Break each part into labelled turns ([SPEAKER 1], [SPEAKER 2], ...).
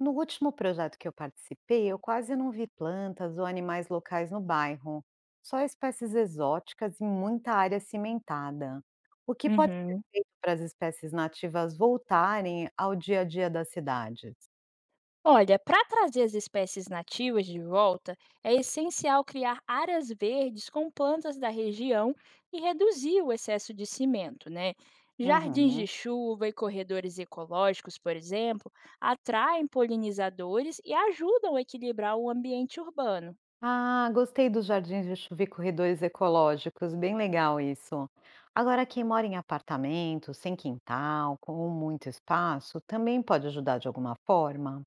[SPEAKER 1] No último projeto que eu participei, eu quase não vi plantas ou animais locais no bairro, só espécies exóticas e muita área cimentada. O que pode ser
[SPEAKER 2] Uhum.
[SPEAKER 1] feito para as espécies nativas voltarem ao dia a dia das cidades?
[SPEAKER 2] Olha, para trazer as espécies nativas de volta, é essencial criar áreas verdes com plantas da região e reduzir o excesso de cimento, né? Jardins
[SPEAKER 1] Uhum.
[SPEAKER 2] de chuva e corredores ecológicos, por exemplo, atraem polinizadores e ajudam a equilibrar o ambiente urbano.
[SPEAKER 1] Ah, gostei dos jardins de chuva e corredores ecológicos, bem legal isso. Agora, quem mora em apartamento, sem quintal, com muito espaço, também pode ajudar de alguma forma?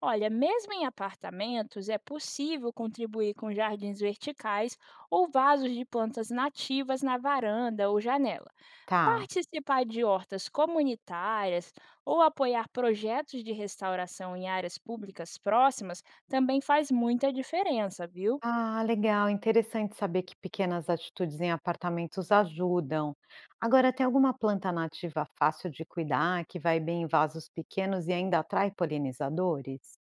[SPEAKER 2] Olha, mesmo em apartamentos, é possível contribuir com jardins verticais ou vasos de plantas nativas na varanda ou janela.
[SPEAKER 1] Tá.
[SPEAKER 2] Participar de hortas comunitárias ou apoiar projetos de restauração em áreas públicas próximas também faz muita diferença, viu?
[SPEAKER 1] Ah, legal, interessante saber que pequenas atitudes em apartamentos ajudam. Agora, tem alguma planta nativa fácil de cuidar, que vai bem em vasos pequenos e ainda atrai polinizadores?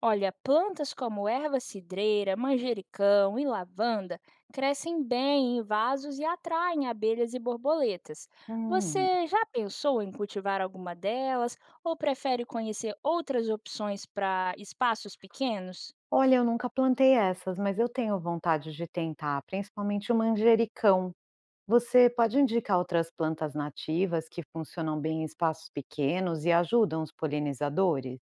[SPEAKER 2] Olha, plantas como erva cidreira, manjericão e lavanda crescem bem em vasos e atraem abelhas e borboletas.
[SPEAKER 1] Hum,
[SPEAKER 2] Você já pensou em cultivar alguma delas ou prefere conhecer outras opções para espaços pequenos?
[SPEAKER 1] olha, eu nunca plantei essas, mas eu tenho vontade de tentar, principalmente o manjericão. Você pode indicar outras plantas nativas que funcionam bem em espaços pequenos e ajudam os polinizadores?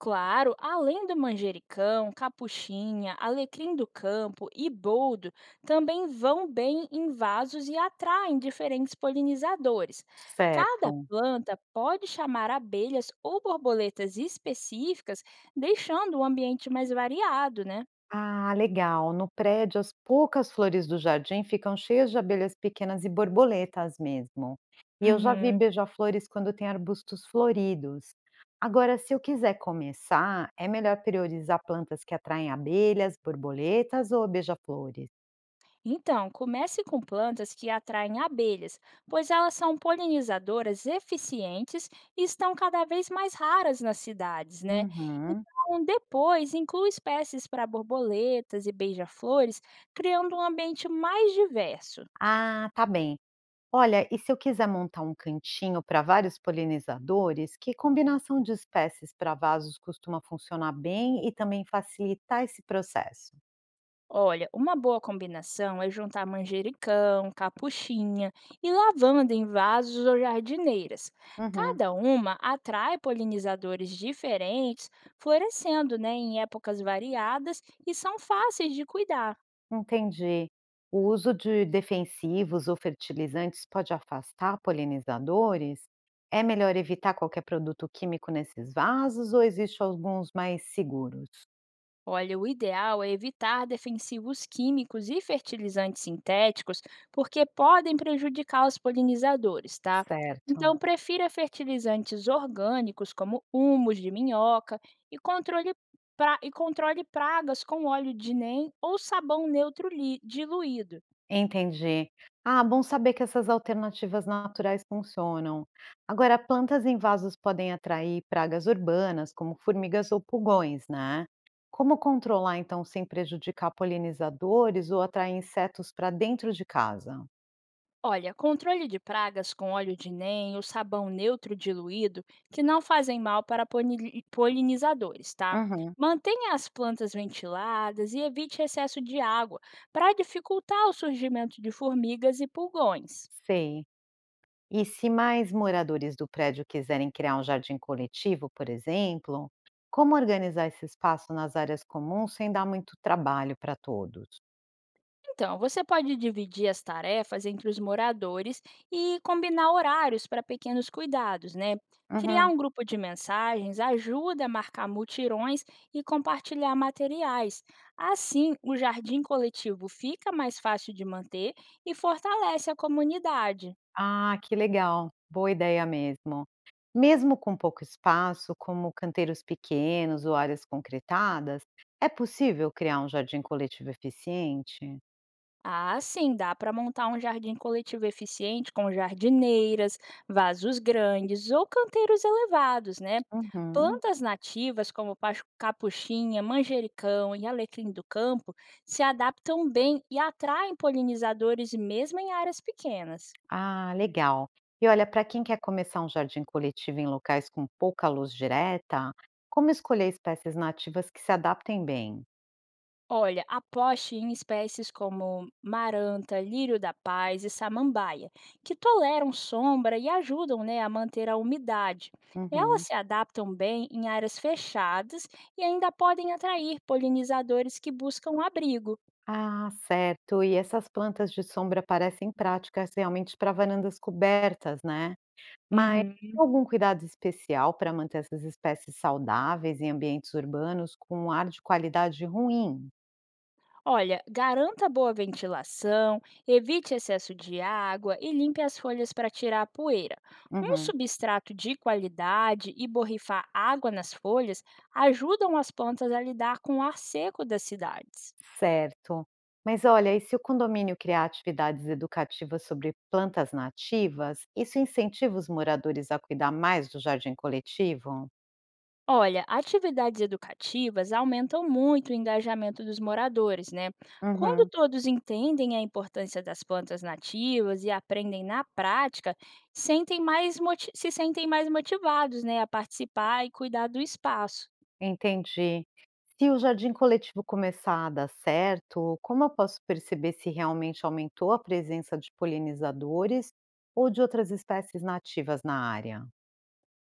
[SPEAKER 2] Claro, além do manjericão, capuchinha, alecrim do campo e boldo, também vão bem em vasos e atraem diferentes polinizadores. Cada
[SPEAKER 1] Certo.
[SPEAKER 2] planta pode chamar abelhas ou borboletas específicas, deixando o ambiente mais variado, né?
[SPEAKER 1] Ah, legal. No prédio, as poucas flores do jardim ficam cheias de abelhas pequenas e borboletas mesmo. E eu já vi
[SPEAKER 2] Uhum.
[SPEAKER 1] beija-flores quando tem arbustos floridos. Agora, se eu quiser começar, é melhor priorizar plantas que atraem abelhas, borboletas ou beija-flores?
[SPEAKER 2] Então, comece com plantas que atraem abelhas, pois elas são polinizadoras eficientes e estão cada vez mais raras nas cidades, né?
[SPEAKER 1] Uhum.
[SPEAKER 2] Então, depois, inclua espécies para borboletas e beija-flores, criando um ambiente mais diverso.
[SPEAKER 1] Ah, tá bem. Olha, e se eu quiser montar um cantinho para vários polinizadores, que combinação de espécies para vasos costuma funcionar bem e também facilitar esse processo?
[SPEAKER 2] Olha, uma boa combinação é juntar manjericão, capuchinha e lavanda em vasos ou jardineiras.
[SPEAKER 1] Uhum.
[SPEAKER 2] Cada uma atrai polinizadores diferentes, florescendo, né, em épocas variadas e são fáceis de cuidar.
[SPEAKER 1] Entendi. O uso de defensivos ou fertilizantes pode afastar polinizadores? É melhor evitar qualquer produto químico nesses vasos ou existem alguns mais seguros?
[SPEAKER 2] Olha, o ideal é evitar defensivos químicos e fertilizantes sintéticos, porque podem prejudicar os polinizadores, tá?
[SPEAKER 1] Certo,
[SPEAKER 2] Então, prefira fertilizantes orgânicos, como humus de minhoca, e controle, e controle pragas com óleo de NEM ou sabão neutro diluído.
[SPEAKER 1] entendi. Ah, bom saber que essas alternativas naturais funcionam. Agora, plantas em vasos podem atrair pragas urbanas, como formigas ou pulgões, né? Como controlar, então, sem prejudicar polinizadores ou atrair insetos para dentro de casa?
[SPEAKER 2] Olha, controle de pragas com óleo de NEM ou sabão neutro diluído que não fazem mal para polinizadores, tá?
[SPEAKER 1] Uhum.
[SPEAKER 2] Mantenha as plantas ventiladas e evite excesso de água para dificultar o surgimento de formigas e pulgões.
[SPEAKER 1] Sei. E se mais moradores do prédio quiserem criar um jardim coletivo, por exemplo, como organizar esse espaço nas áreas comuns sem dar muito trabalho para todos?
[SPEAKER 2] Então, você pode dividir as tarefas entre os moradores e combinar horários para pequenos cuidados, né? Criar
[SPEAKER 1] Uhum.
[SPEAKER 2] um grupo de mensagens ajuda a marcar mutirões e compartilhar materiais. Assim, o jardim coletivo fica mais fácil de manter e fortalece a comunidade.
[SPEAKER 1] Ah, que legal. Boa ideia mesmo. Mesmo com pouco espaço, como canteiros pequenos ou áreas concretadas, é possível criar um jardim coletivo eficiente?
[SPEAKER 2] Ah, sim, dá para montar um jardim coletivo eficiente com jardineiras, vasos grandes ou canteiros elevados, né?
[SPEAKER 1] Uhum.
[SPEAKER 2] Plantas nativas como capuchinha, manjericão e alecrim do campo se adaptam bem e atraem polinizadores mesmo em áreas pequenas.
[SPEAKER 1] Ah, legal. E olha, para quem quer começar um jardim coletivo em locais com pouca luz direta, como escolher espécies nativas que se adaptem bem?
[SPEAKER 2] Olha, aposte em espécies como maranta, lírio da paz e samambaia, que toleram sombra e ajudam, né, a manter a umidade. Elas
[SPEAKER 1] Uhum.
[SPEAKER 2] se adaptam bem em áreas fechadas e ainda podem atrair polinizadores que buscam abrigo.
[SPEAKER 1] Ah, certo. E essas plantas de sombra parecem práticas realmente para varandas cobertas, né? Mas
[SPEAKER 2] Uhum.
[SPEAKER 1] tem algum cuidado especial para manter essas espécies saudáveis em ambientes urbanos com um ar de qualidade ruim?
[SPEAKER 2] Olha, garanta boa ventilação, evite excesso de água e limpe as folhas para tirar a poeira. Um
[SPEAKER 1] Uhum.
[SPEAKER 2] substrato de qualidade e borrifar água nas folhas ajudam as plantas a lidar com o ar seco das cidades.
[SPEAKER 1] Certo. Mas olha, e se o condomínio criar atividades educativas sobre plantas nativas, isso incentiva os moradores a cuidar mais do jardim coletivo?
[SPEAKER 2] Olha, atividades educativas aumentam muito o engajamento dos moradores, né? Quando
[SPEAKER 1] Uhum,
[SPEAKER 2] todos entendem a importância das plantas nativas e aprendem na prática, se sentem mais motivados, né, a participar e cuidar do espaço.
[SPEAKER 1] entendi. Se o jardim coletivo começar a dar certo, como eu posso perceber se realmente aumentou a presença de polinizadores ou de outras espécies nativas na área?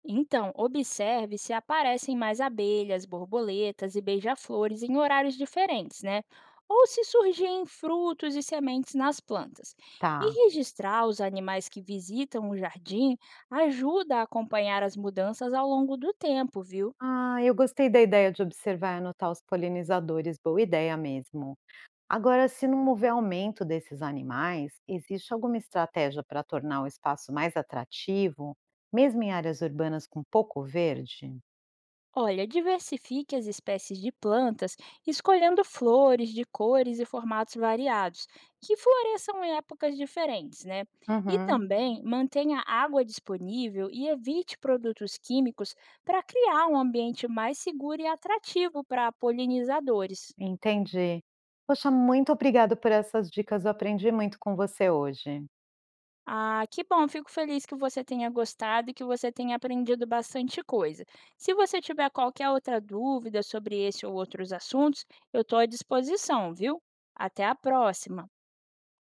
[SPEAKER 2] Então, observe se aparecem mais abelhas, borboletas e beija-flores em horários diferentes, né? Ou se surgem frutos e sementes nas plantas.
[SPEAKER 1] Tá.
[SPEAKER 2] E registrar os animais que visitam o jardim ajuda a acompanhar as mudanças ao longo do tempo, viu?
[SPEAKER 1] Ah, eu gostei da ideia de observar e anotar os polinizadores, boa ideia mesmo. Agora, se não houver aumento desses animais, existe alguma estratégia para tornar o espaço mais atrativo, mesmo em áreas urbanas com pouco verde?
[SPEAKER 2] Olha, diversifique as espécies de plantas, escolhendo flores de cores e formatos variados, que floresçam em épocas diferentes, né? E
[SPEAKER 1] Uhum,
[SPEAKER 2] também mantenha água disponível e evite produtos químicos para criar um ambiente mais seguro e atrativo para polinizadores.
[SPEAKER 1] entendi. Poxa, muito obrigado por essas dicas. Eu aprendi muito com você hoje.
[SPEAKER 2] Ah, que bom, fico feliz que você tenha gostado e que você tenha aprendido bastante coisa. Se você tiver qualquer outra dúvida sobre esse ou outros assuntos, eu estou à disposição, viu? Até a próxima!